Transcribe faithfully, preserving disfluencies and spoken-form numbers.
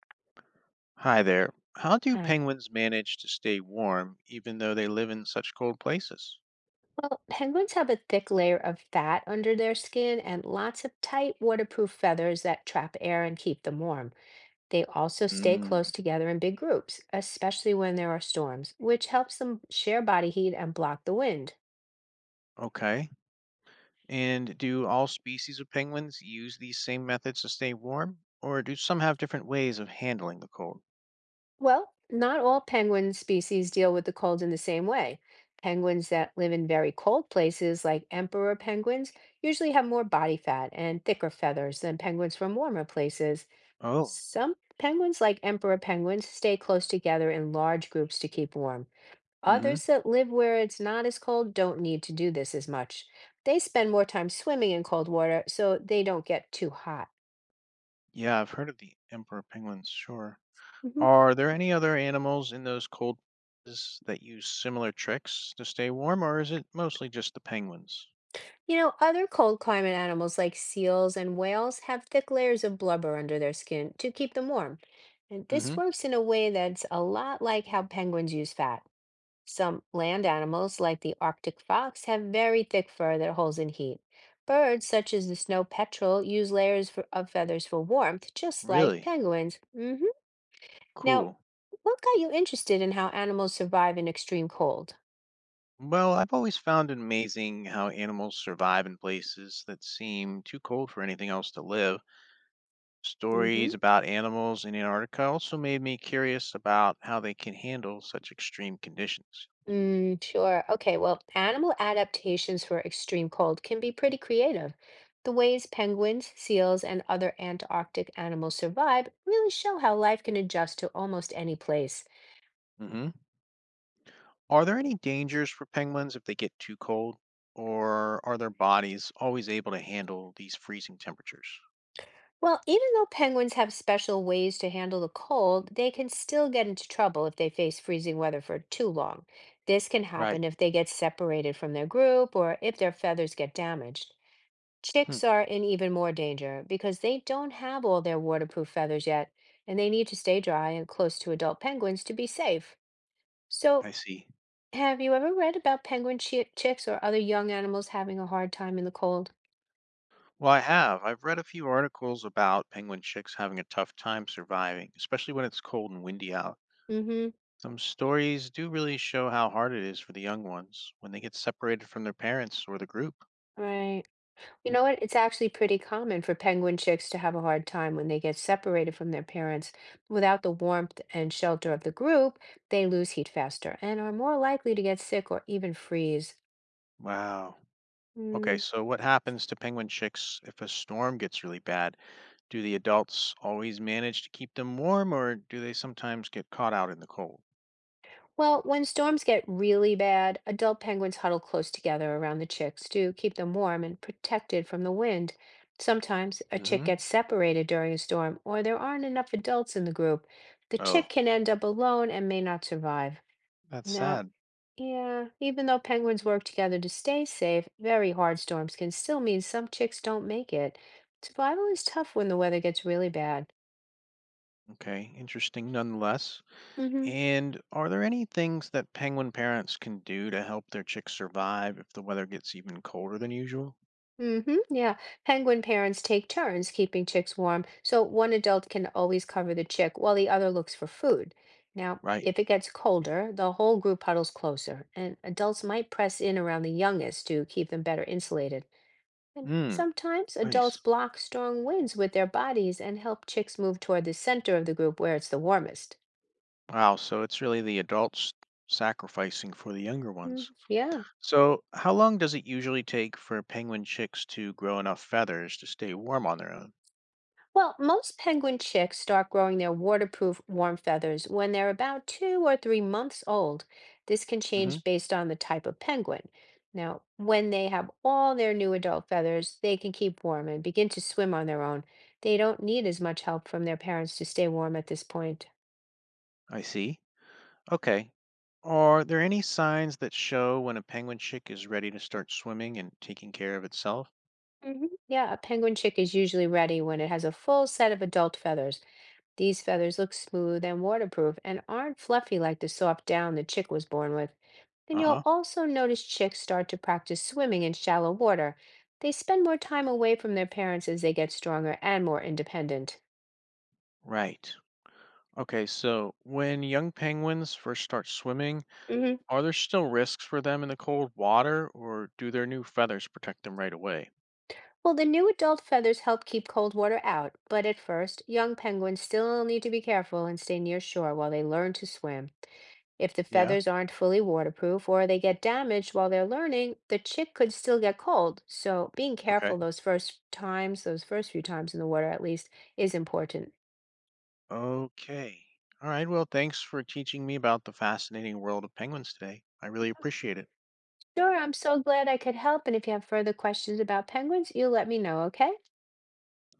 Hi there. How do Hi. penguins manage to stay warm even though they live in such cold places? Well, penguins have a thick layer of fat under their skin and lots of tight, waterproof feathers that trap air and keep them warm. They also stay close Mm. together in big groups, especially when there are storms, which helps them share body heat and block the wind. Okay. And do all species of penguins use these same methods to stay warm, or do some have different ways of handling the cold? Well, not all penguin species deal with the cold in the same way. Penguins that live in very cold places, like emperor penguins, usually have more body fat and thicker feathers than penguins from warmer places. Oh, Some penguins, like emperor penguins, stay close together in large groups to keep warm. hmm, Others that live where it's not as cold don't need to do this as much. They spend more time swimming in cold water, so they don't get too hot. yeah, I've heard of the emperor penguins, sure. Mhm. Are there any other animals in those cold places that use similar tricks to stay warm, or is it mostly just the penguins? You know, other cold climate animals like seals and whales have thick layers of blubber under their skin to keep them warm. And hmm this works in a way that's a lot like how penguins use fat. Some land animals, like the Arctic fox, have very thick fur that holds in heat. Birds, such as the snow petrel, use layers for, of feathers for warmth, just like Really? penguins. Hmm. Now, Cool. what got you interested in how animals survive in extreme cold? Well, I've always found it amazing how animals survive in places that seem too cold for anything else to live. Hmm. Stories about animals in Antarctica also made me curious about how they can handle such extreme conditions. Mm, sure. Okay, well, animal adaptations for extreme cold can be pretty creative. The ways penguins, seals, and other Antarctic animals survive really show how life can adjust to almost any place. hmm Are there any dangers for penguins if they get too cold, or are their bodies always able to handle these freezing temperatures? Well, even though penguins have special ways to handle the cold, they can still get into trouble if they face freezing weather for too long. This can Right. happen if they get separated from their group or if their feathers get damaged. Hmm. Chicks are in even more danger because they don't have all their waterproof feathers yet, and they need to stay dry and close to adult penguins to be safe. So, I see. have you ever read about penguin chi- chicks or other young animals having a hard time in the cold? Well, I have. I've read a few articles about penguin chicks having a tough time surviving, especially when it's cold and windy out. Mm-hmm. Some stories do really show how hard it is for the young ones when they get separated from their parents or the group. Right. You know what? It's actually pretty common for penguin chicks to have a hard time when they get separated from their parents. Without the warmth and shelter of the group, they lose heat faster and are more likely to get sick or even freeze. Wow. Okay, Mm. so what happens to penguin chicks if a storm gets really bad? Do the adults always manage to keep them warm or do they sometimes get caught out in the cold? Well, when storms get really bad, adult penguins huddle close together around the chicks to keep them warm and protected from the wind. Sometimes a chick hmm gets separated during a storm, or there aren't enough adults in the group. The chick Oh, can end up alone and may not survive. that's Now, sad. Yeah, even though penguins work together to stay safe, very hard storms can still mean some chicks don't make it. Survival is tough when the weather gets really bad. Okay, interesting nonetheless. Mm-hmm. And are there any things that penguin parents can do to help their chicks survive if the weather gets even colder than usual? Mm-hmm. Yeah. Penguin parents take turns keeping chicks warm, so one adult can always cover the chick while the other looks for food. Now, Right. if it gets colder, the whole group huddles closer, and adults might press in around the youngest to keep them better insulated. And Hmm. sometimes adults Nice. block strong winds with their bodies and help chicks move toward the center of the group where it's the warmest. Wow, so it's really the adults sacrificing for the younger Mm, ones. yeah. So, how long does it usually take for penguin chicks to grow enough feathers to stay warm on their own? Well, most penguin chicks start growing their waterproof warm feathers when they're about two or three months old. This can hmm change based on the type of penguin. Now, when they have all their new adult feathers, they can keep warm and begin to swim on their own. They don't need as much help from their parents to stay warm at this point. I see. Okay. Are there any signs that show when a penguin chick is ready to start swimming and taking care of itself? Hmm. Yeah, a penguin chick is usually ready when it has a full set of adult feathers. These feathers look smooth and waterproof and aren't fluffy like the soft down the chick was born with. And Uh you'll huh. also notice chicks start to practice swimming in shallow water. They spend more time away from their parents as they get stronger and more independent. Right. Okay, so when young penguins first start swimming, Hmm. are there still risks for them in the cold water, or do their new feathers protect them right away? Well, the new adult feathers help keep cold water out, but at first, young penguins still need to be careful and stay near shore while they learn to swim. If the Yeah. feathers aren't fully waterproof or they get damaged while they're learning, the chick could still get cold. So being Okay. careful those first times, those first few times in the water at least, is important. Okay. All right. Well, thanks for teaching me about the fascinating world of penguins today. I really appreciate it. Sure, I'm so glad I could help. And if you have further questions about penguins, you let me know, okay?